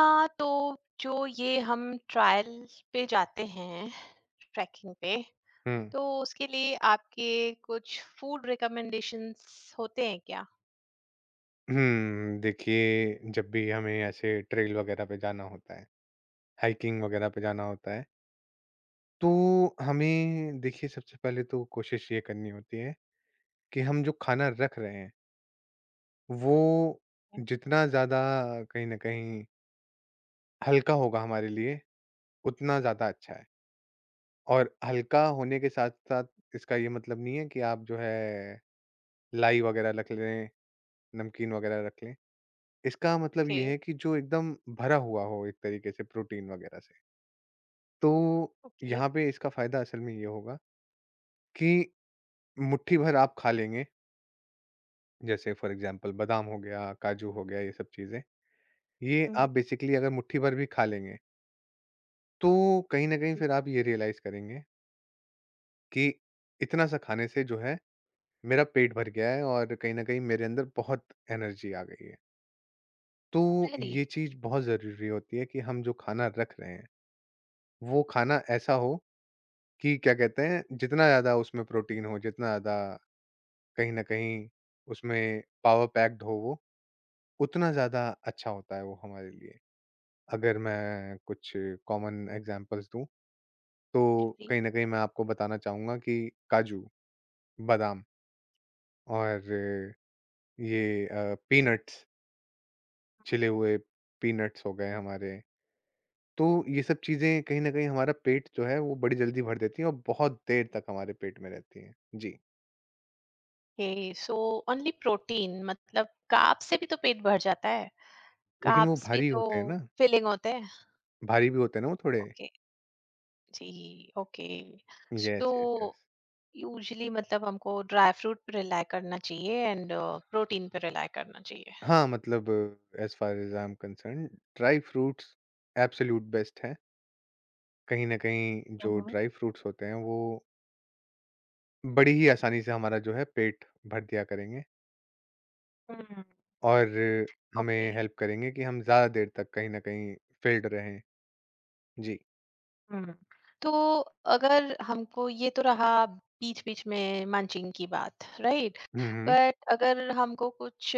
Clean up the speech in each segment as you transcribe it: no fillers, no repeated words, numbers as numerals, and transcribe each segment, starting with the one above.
हाँ, तो जो ये हम ट्रायल पे जाते हैं, ट्रैकिंग पे, हुँ। तो उसके लिए आपके कुछ फूड रिकमेंडेशंस होते हैं क्या? हुँ, देखिए जब भी हमें ऐसे ट्रेल वगैरह पे जाना होता है, हाइकिंग वगैरह पे जाना होता है, तो हमें देखिए सबसे पहले तो कोशिश ये करनी होती है कि हम जो खाना रख रहे हैं, वो जितना ज़्यादा कहीं न कहीं हल्का होगा हमारे लिए, उतना ज़्यादा अच्छा है। और हल्का होने के साथ-साथ इसका ये मतलब नहीं है कि आप जो है लाई वगैरह रख लें, नमकीन वगैरह रख लें। इसका मतलब ओके. ये है कि जो एकदम भरा हुआ हो एक तरीके से प्रोटीन वगैरह से। तो ओके. यहाँ पे इसका फ़ायदा असल में ये होगा कि मुट्ठी भर आप खा लेंगे, जैसे फ़ॉर एग्ज़ाम्पल बादाम हो गया, काजू हो गया, ये सब चीज़ें। ये हम्म. आप बेसिकली अगर मुट्ठी भर भी खा लेंगे, तो कहीं न कहीं फिर आप ये रियलाइज़ करेंगे कि इतना सा खाने से जो है मेरा पेट भर गया है और कहीं न कहीं मेरे अंदर बहुत एनर्जी आ गई है। तो रियली. ये चीज़ बहुत ज़रूरी होती है कि हम जो खाना रख रहे हैं, वो खाना ऐसा हो कि क्या कहते हैं, जितना ज़्यादा उसमें प्रोटीन हो, जितना ज़्यादा कहीं न कहीं उसमें पावर पैक्ड हो वो, उतना ज़्यादा अच्छा होता है वो हमारे लिए। अगर मैं कुछ कॉमन एग्ज़ाम्पल्स दूँ, तो रियली. कहीं न कहीं मैं आपको बताना चाहूँगा कि काजू, बादाम और ये पीनट्स, छिले हुए पीनट्स हो गए हमारे। तो ये सब चीज़ें कहीं न कहीं हमारा पेट जो है वो बड़ी जल्दी भर देती हैं और बहुत देर तक हमारे पेट में रहती हैं। जी। Okay, so only protein? मतलब कार्ब्स से भी तो पेट भर जाता है. लेकिन वो कार्ब्स भी भारी तो होते हैं ना, फिलिंग होते हैं. भारी भी होते हैं ना वो थोड़े? ओके. जी, okay. So yes, yes, yes. Usually मतलब हमको ड्राई फ्रूट पे रिलाई करना चाहिए एंड प्रोटीन पे रिलाई करना चाहिए. हाँ, मतलब as far as I am concerned dry fruits absolute best हैं। कहीं न कहीं जो हम्म. ड्राई फ्रूट्स होते हैं वो बड़ी ही आसानी से हमारा जो है पेट भर दिया करेंगे हम्म. और ओके. हमें हेल्प करेंगे कि हम ज़्यादा देर तक कहीं न कहीं फ़िल्ड रहें। जी। हम्म. तो अगर हमको ये तो रहा बीच बीच में मंचिंग की बात, राइट. Hmm, hmm. बट अगर हमको कुछ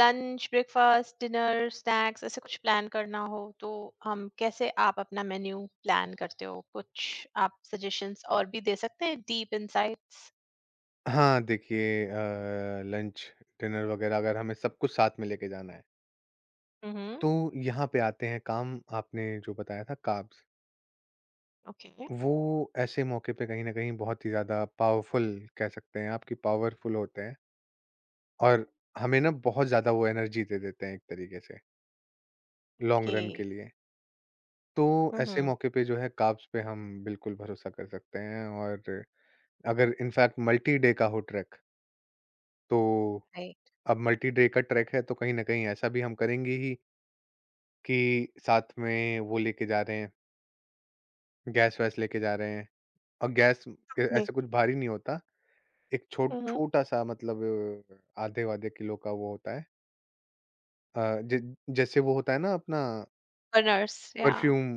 लंच, ब्रेकफास्ट, डिनर, स्नैक्स ऐसे कुछ प्लान करना हो तो हम कैसे, आप अपना मेन्यू प्लान करते हो? कुछ आप सजेशंस और भी दे सकते हैं, डीप इनसाइट्स. हाँ, देखिए लंच, डिनर वग़ैरह अगर हमें सब कुछ साथ में लेके जाना है, हम्म. तो यहाँ पे आते हैं काम आपने जो बताया था कार्ब्स। ओके. वो ऐसे मौके पे कहीं न कहीं बहुत ही ज़्यादा पावरफुल कह सकते हैं आप कि पावरफुल होते हैं और हमें ना बहुत ज़्यादा वो एनर्जी दे देते हैं एक तरीके से लॉन्ग ओके. रन के लिए। तो ऐसे हम्म. मौके पे जो है कार्ब्स पे हम बिल्कुल भरोसा कर सकते हैं और अगर इनफैक्ट मल्टी डे का हो ट्रैक तो राइट. अब मल्टी डे का ट्रैक है तो कहीं न कहीं ऐसा भी हम करेंगे ही कि साथ में वो लेके जा रहे हैं, गैस-वैस लेके जा रहे हैं और गैस ए ऐसा कुछ भारी नहीं होता एक हम्म. छोटा-सा मतलब आधे-वाधे किलो का वो होता है अ, ज जैसे वो होता है ना अपना बर्नर्स या. परफ्यूम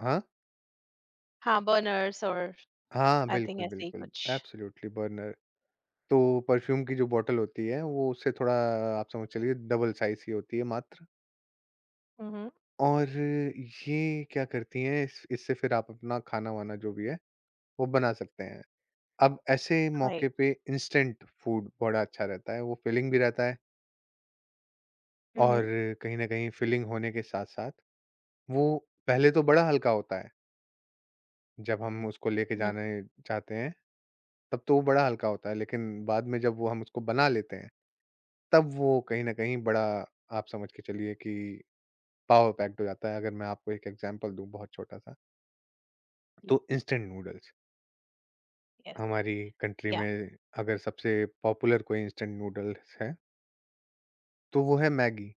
हाँ? हाँ, बर्नर्स और हाँ, आई थिंक बिल्कुल, ऐसे ही बिल्कुल, कुछ. Absolutely burner. तो परफ्यूम की जो बॉटल होती है वो उससे थोड़ा आप समझ चलिए डबल साइज़ ही होती है मात्र हम्म. और ये क्या करती हैं इस इससे फिर आप अपना खाना-वाना जो भी है वो बना सकते हैं। अब ऐसे मौके पे राइट. इंस्टेंट फूड बड़ा अच्छा रहता है, वो फिलिंग भी रहता है और कहीं न कहीं फिलिंग होने के साथ-साथ वो पहले तो बड़ा हल्का होता है, जब हम उसको लेके हम्म. जाने चाहते हैं, तब तो वो बड़ा हल्का होता है, लेकिन बाद में जब वो हम उसको बना लेते हैं, तब वो कहीं न कहीं बड़ा आप समझ के चलिए कि पावर पैक्ड हो जाता है। अगर मैं आपको एक एग्ज़ाम्पल दूँ बहुत छोटा-सा, तो इंस्टेंट नूडल्स, Yes. हमारी कंट्री Yeah. में अगर सबसे पॉपुलर कोई इंस्टेंट नूडल्स है, तो वो है मैगी।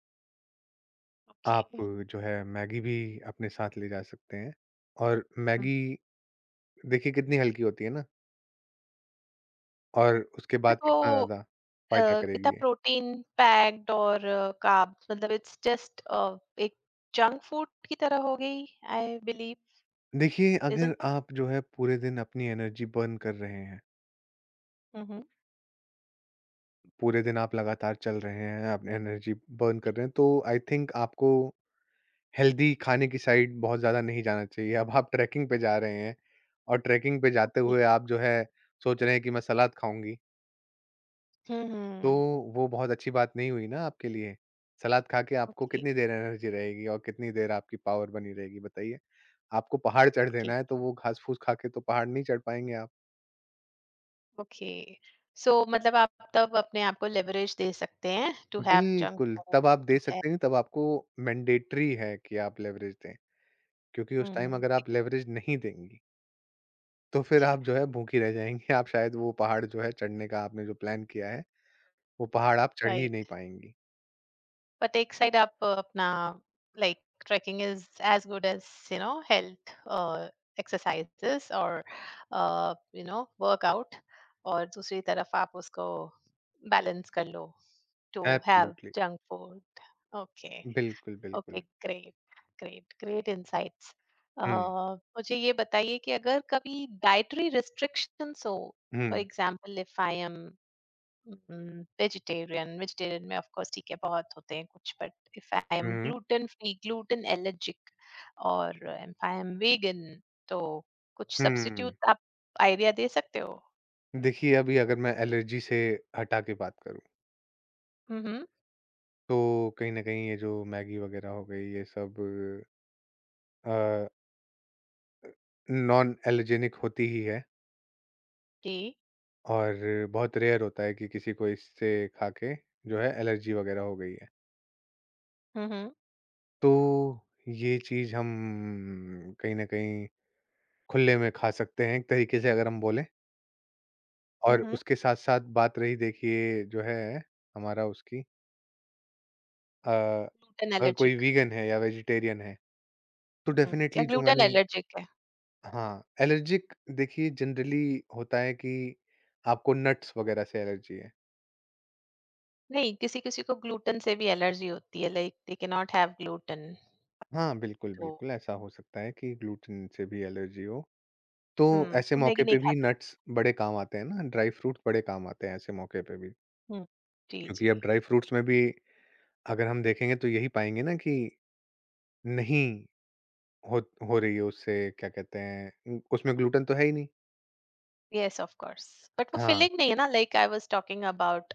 आप Okay. जो है मैगी भी अपने साथ ले जा सकते हैं और Mm. मैगी देखिए कितनी हल्की होती है ना? और उसके But बाद वो कितना ज़्यादा अ, फ़ायदा इतना करेगी ये। प्रोटीन पैक्ड और कार्ब, मतलब इट्स जस्ट एक जंक फूड की तरह हो गई, आई बिलीव. देखिए, अगर इजंट इट? आप जो है पूरे दिन अपनी एनर्जी बर्न कर रहे हैं, Mm-hmm. पूरे दिन आप लगातार चल रहे हैं, आप एनर्जी बर्न कर रहे हैं, तो आई थिंक आपको हेल्दी खाने की साइड बहुत ज़्यादा नहीं जाना चाहिए। अब आप ट्रैकिंग पे जा रहे हैं और ट्रैकिंग पे जाते हुए आप जो है सोच रहे हैं कि मैं सलाद खाऊँगी, तो हम्म. वो बहुत अच्छी बात नहीं हुई ना आपके लिए। सलाद खा के आपको ओके. कितनी देर एनर्जी रहेगी और कितनी देर आपकी पावर बनी रहेगी बताइए? आपको पहाड़ चढ़ ओके. देना है, तो वो घास-फूस खा के तो पहाड़ नहीं चढ़ पाएँगे आप। ओके, सो मतलब आप तब अपने आप को लेवरेज दे सकते हैं टू हुँ। हैव जंक बिल्कुल, फूड. तब आप दे टू हैव. सकते हैं, तब आपको मैंडेटरी है कि आप लेवरेज दें, क्योंकि उस टाइम Mm. अगर आप लेवरेज नहीं देंगी, तो फिर ओके. आप जो है भूखी रह जाएँगी। आप शायद वो पहाड़ जो है चढ़ने का आपने जो प्लान किया है, वो पहाड़ आप चढ़ ही नहीं राइट. पाएँगी। But एक साइड आप अपना, like, trekking is as good as, you know, health exercises और, यू नो, वर्कआउट. और दूसरी तरफ आप उसको बैलेंस कर लो to have absolutely, junk food. Okay. बिल्कुल, बिल्कुल। Okay, great. Great, great insights. Hmm, मुझे ये बताइए कि अगर कभी डाइटरी रिस्ट्रिक्शंस हो, hmm, for example if I am vegetarian. Vegetarian में ऑफ कोर्स ठीक है, बहुत होते हैं कुछ, but if I M hmm, gluten free, gluten allergic और इफ आई एम वेगन, तो कुछ हुँ। सब्स्टिट्यूट आप आइडिया दे सकते हो. देखिए, अभी अगर मैं एलर्जी से हटा के बात करूँ, हम्म. तो कहीं न कहीं ये जो मैगी वगैरह हो गई, ये सब अ नॉन एलर्जेनिक होती ही है जी. और बहुत रेयर होता है कि किसी को इससे खा के जो है एलर्जी वगैरह हो गई है। हम्म. तो ये चीज़ हम कहीं न कहीं खुले में खा सकते हैं एक तरीके से अगर हम बोलें और हम्म. उसके साथ-साथ बात रही देखिए जो है हमारा उसकी अ, ग्लूटेन अगर कोई एलर्जिक. वीगन है या वेजिटेरियन है तो या डेफ़िनेटली जो ग्लूटेन मैंने एलर्जिक है. हाँ, एलर्जिक देखिए जनरली होता है कि आपको नट्स वगैरह से एलर्जी है। नहीं, किसी किसी को ग्लूटेन से भी एलर्जी होती है, लाइक दे के नॉट हैव ग्लूटेन. हाँ, बिल्कुल, तो. बिल्कुल, ऐसा हो सकता है कि ग्लूटेन से भी एलर्जी हो। तो हम्म, ऐसे तो मैगी मौके नहीं पे खा भी सकते. नट्स बड़े काम आते हैं ना, ड्राई फ्रूट्स बड़े काम आते हैं ऐसे मौके पे भी। हम्म. जी, क्योंकि जी. अब ड्राई फ्रूट्स में भी अगर हम देखेंगे तो यही पाएँगे ना कि नहीं हो हो रही है उससे क्या कहते हैं उ उसमें ग्लूटेन तो है ही नहीं। Yes, of course. बट वो हाँ, फिलिंग नहीं है ना, like I was talking about,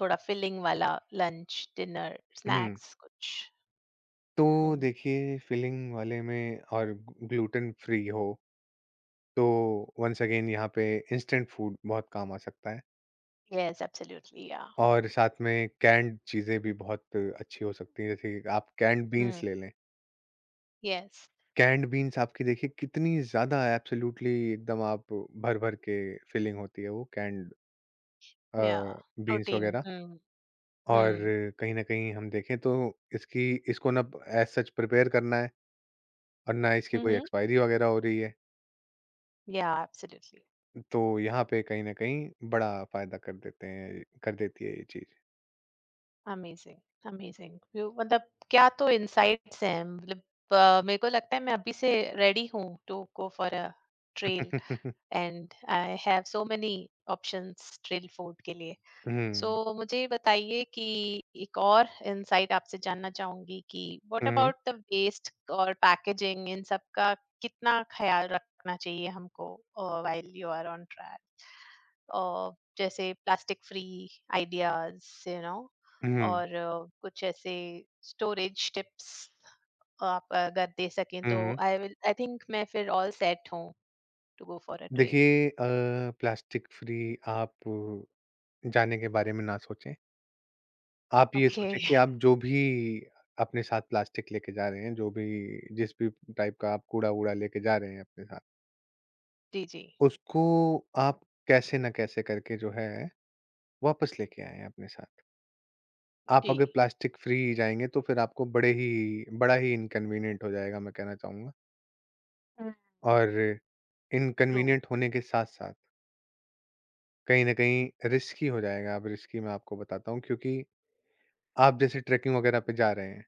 थोड़ा फिलिंग वाला लंच, डिनर, हुँ। स्नैक्स कुछ. तो देखिए फिलिंग वाले में और ग्लूटेन फ्री हो, तो वन्स अगेन यहाँ पे इंस्टेंट फूड बहुत काम आ सकता है। Yes, absolutely. या. और साथ में कैन्ड चीज़ें भी बहुत अच्छी हो सकती हैं, जैसे कि आप कैन्ड बीन्स ले लें। यस. कैन्ड बीन्स आपकी देखिए कितनी ज़्यादा एब्सोल्यूटली एकदम आप भर-भर के फिलिंग होती है वो canned uh, yeah. Beans protein. वग़ैरह हम्म. और हम्म. कहीं न कहीं हम देखें तो इसकी इसको ना एज़ सच प्रिपेयर करना है और ना इसकी कोई हम्म. एक्सपायरी वग़ैरह हो रही है। या, एब्सोल्युटली. तो यहाँ पे कहीं न कहीं बड़ा फ़ायदा कर देते हैं कर देती है ये चीज़। अमेजिंग. अमेजिंग. मतलब क्या तो इनसाइट्स हैं, मतलब मेरे को लगता है मैं अभी से रेडी हूँ to go for a trail. And I have so many options trail food के लिए. सो हुँ। मुझे बताइए कि एक और इंसाइट आपसे जानना चाहूंगी कि what hmm, hmm, about the waste और पैकेजिंग, इन सब का कितना ख्याल रखना चाहिए हमको while you are on track? और जैसे plastic free ideas, you know, hmm, और कुछ ऐसे स्टोरेज टिप्स आप अगर दे सकें तो हुँ। आई विल, आई थिंक मैं फिर ऑल सेट हूँ to go for a trail. देखिए प्लास्टिक फ्री आप जाने के बारे में ना सोचें। आप ये ओके. सोचें कि आप जो भी अपने साथ प्लास्टिक लेके जा रहे हैं, जो भी जिस भी टाइप का आप कूड़ा-वूड़ा लेके जा रहे हैं अपने साथ, जी, जी. उसको आप कैसे न कैसे करके जो है वापस लेके आएँ अपने साथ। आप जी. अगर प्लास्टिक फ्री जाएँगे तो फिर आपको बड़े ही बड़ा ही इनकन्वीनिएंट हो जाएगा मैं कहना चाहूँगा। और ट्रू. इनकन्वीनिएंट होने के साथ-साथ कहीं न कहीं रिस्की हो जाएगा। अब रिस्की मैं आपको बताता हूँ क्योंकि आप जैसे ट्रेकिंग वगैरह पे जा रहे हैं,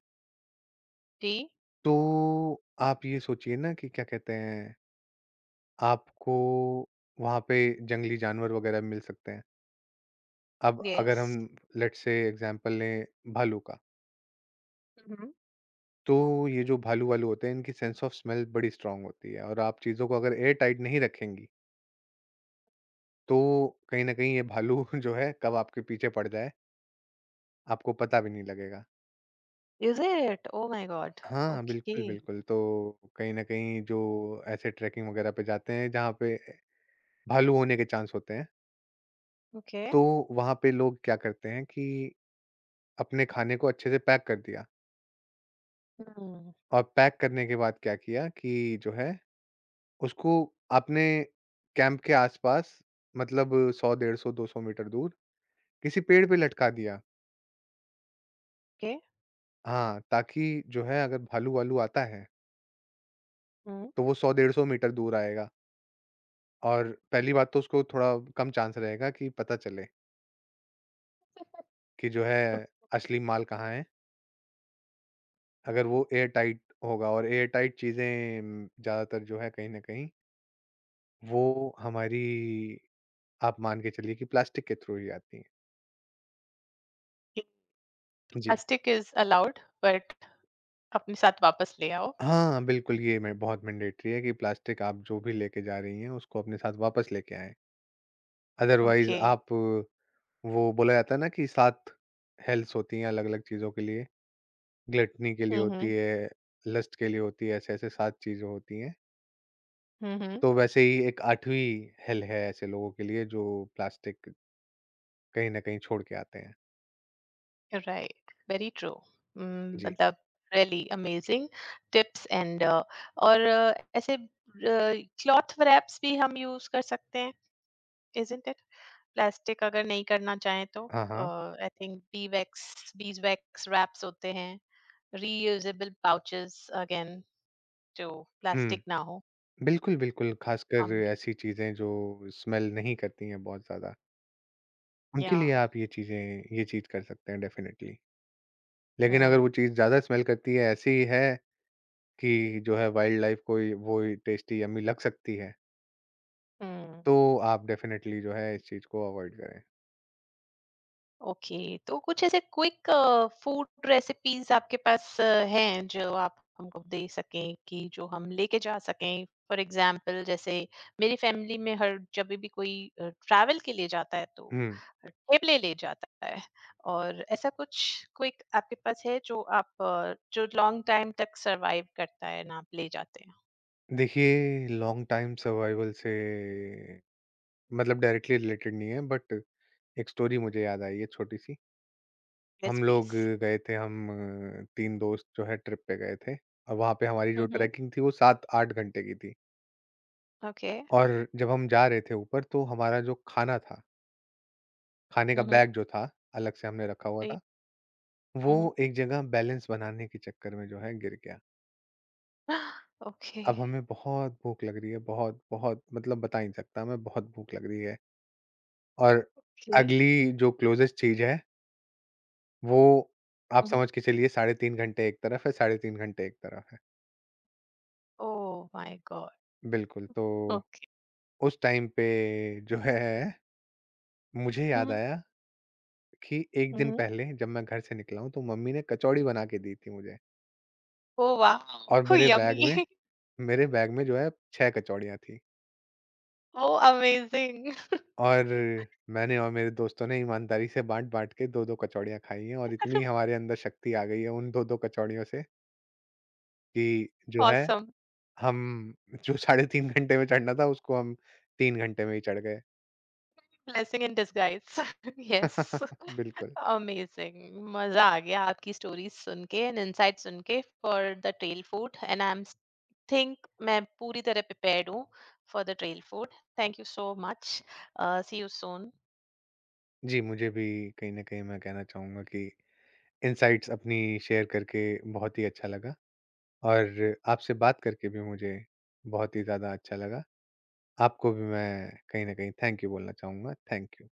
जी. तो आप ये सोचिए ना कि क्या कहते हैं, आपको वहाँ पे जंगली जानवर वगैरह मिल सकते हैं। अब अगर यस. हम लेट्स से एग्ज़ाम्पल लें भालू का, तो ये जो भालू-वालू होते हैं, इनकी सेंस ऑफ स्मेल बड़ी स्ट्रॉन्ग होती है और आप चीज़ों को अगर एयर टाइट नहीं रखेंगी, तो कहीं न कहीं ये भालू जो है कब आपके पीछे पड़ जाए, आपको पता भी नहीं लगेगा। Is it? Oh my God. हाँ, बिल्कुल, Okay. बिल्कुल। तो कहीं न कहीं जो ऐसे ट्रेकिंग वगैरह पे जाते हैं, जहाँ पे भालू होने के चांस होते हैं। Okay. तो वहाँ पे लोग क्या करते हैं कि अपने खाने को अच्छे से पैक कर दिया Hmm. और पैक करने के बाद क्या किया कि जो है उसको आपने कैंप के आसपास मतलब 100 डेढ़ सौ 200 मीटर दूर किसी पेड़ पे लटका दिया। Okay. हाँ, ताकि जो है अगर भालू-वालू आता है Hmm. तो वो 100 डेढ़ सौ मीटर दूर आएगा और पहली बात तो उसको थोड़ा कम चांस रहेगा कि पता चले कि जो है असली माल कहाँ है। अगर वो एयर टाइट होगा और एयर टाइट चीज़ें ज़्यादातर जो है कहीं न कहीं वो हमारी आप मान के चलिए कि प्लास्टिक के थ्रू ही आती हैं। ये जी। प्लास्टिक इज अलाउड बट अपने साथ वापस ले आओ. हाँ, बिल्कुल ये मैं बहुत मैंडेटरी है कि प्लास्टिक आप जो भी लेके जा रही हैं उसको अपने साथ वापस लेके आएँ। Otherwise okay. आप वो बोला जाता है ना कि 7 हेल्थ्स होती हैं अलग-अलग चीज़ों के लिए, ग्लटनी के लिए होती हम्म. है, लस्ट के लिए होती है, ऐसे-ऐसे 7 चीज़ें होती हैं। हम्म. तो वैसे ही एक 8वीं हेल है ऐसे लोगों के लिए जो प्लास्टिक कहीं न कहीं छोड़ के आते हैं। Right, very true. जी। मतलब रियली अमेजिंग टिप्स एंड. और ऐसे क्लॉथ रैप्स भी हम यूज कर सकते हैं, इजंट इट? प्लास्टिक अगर नहीं करना चाहें तो. हाँ, हाँ। I think bee wax, beeswax wraps होते हैं, रीयूजेबल पाउचेस, अगेन, जो हुँ। प्लास्टिक ना हो. बिल्कुल, बिल्कुल, खासकर हम भी. ऐसी चीज़ें जो स्मेल नहीं करती हैं बहुत ज़्यादा, उनके या. लिए आप ये चीज़ कर सकते हैं डेफ़िनिटली। लेकिन अगर वो हम्म. चीज़ ज़्यादा स्मेल करती है, ऐसी है कि जो है वाइल्ड लाइफ़ को ये वो ही टेस्टी यम्मी लग सकती है, हम्म. तो आप डेफ़िनिटली जो है इस चीज़ को अवॉइड करें। ओके, तो कुछ ऐसे क्विक फूड रेसिपीज आपके पास हैं जो आप हमको दे सकें कि जो हम लेके जा सकें? फॉर एग्जाम्पल जैसे मेरी फैमिली में हर, जब भी कोई ट्रैवल के लिए जाता है तो हुँ। ठेपले ले जाता है. और ऐसा कुछ क्विक आपके पास है जो आप जो लॉन्ग टाइम तक सरवाइव करता है ना, आप ले जाते हैं? देखिए, लॉन्ग टाइम सर्वाइवल से मतलब डायरेक्टली रिलेटेड नहीं है बट एक स्टोरी मुझे याद आई है छोटी-सी। यस, हम प्लीज. लोग गए थे हम 3 दोस्त जो है ट्रिप पे गए थे। और वहाँ पे हमारी जो हम्म. ट्रैकिंग थी वो 7-8 घंटे की थी। ओके. और जब हम जा रहे थे ऊपर तो हमारा जो खाना था, खाने का हम्म. बैग जो था, अलग से हमने रखा हुआ था, वो Mhm. एक जगह बैलेंस बनाने के चक्कर में जो है गिर गया। Okay. अब हमें बहुत भूख लग रही है, बहुत, बहुत मतलब बता ही नहीं सकता हमें बहुत भूख लग रही है। और Okay. अगली जो क्लोज़ेस्ट चीज़ है वो आप Mhm. समझ के चलिए साढ़े 3 घंटे एक तरफ है, साढ़े 3 घंटे एक तरफ है। Oh my God. बिल्कुल, तो Okay. उस टाइम पे जो है, मुझे याद Mhm, आया कि 1 दिन mhm. पहले जब मैं घर से निकला हूँ, तो मम्मी ने कचौड़ी बना के दी थी मुझे Oh wow. और Oh, yummy. मेरे बैग में जो है 6 कचौड़ियाँ थीं Oh, amazing. और मैंने और मेरे दोस्तों ने ईमानदारी से बाँट-बाँट के 2-2 कचौड़ियाँ खाई हैं और इतनी हमारे अंदर शक्ति आ गई है उन 2-2 कचौड़ियों से कि जो है, Awesome. हम जो साढ़े 3 घंटे में चढ़ना था, उसको हम 3 घंटे में ही चढ़ गए। Blessing in disguise. Yes. बिल्कुल। Amazing. मजा आ गया आपकी स्टोरीज सुन के एंड इनसाइट सुन के for the trail food. And I am think मैं पूरी तरह प्रिपेयर्ड हूँ for the trail food. Thank you so much. See you soon. जी, मुझे भी कहीं न कहीं मैं कहना चाहूँगा कि इनसाइट्स अपनी शेयर करके बहुत ही अच्छा लगा और आपसे बात करके भी मुझे बहुत ही ज़्यादा अच्छा लगा। आपको भी मैं कहीं न कहीं थैंक यू बोलना चाहूँगा। Thank you.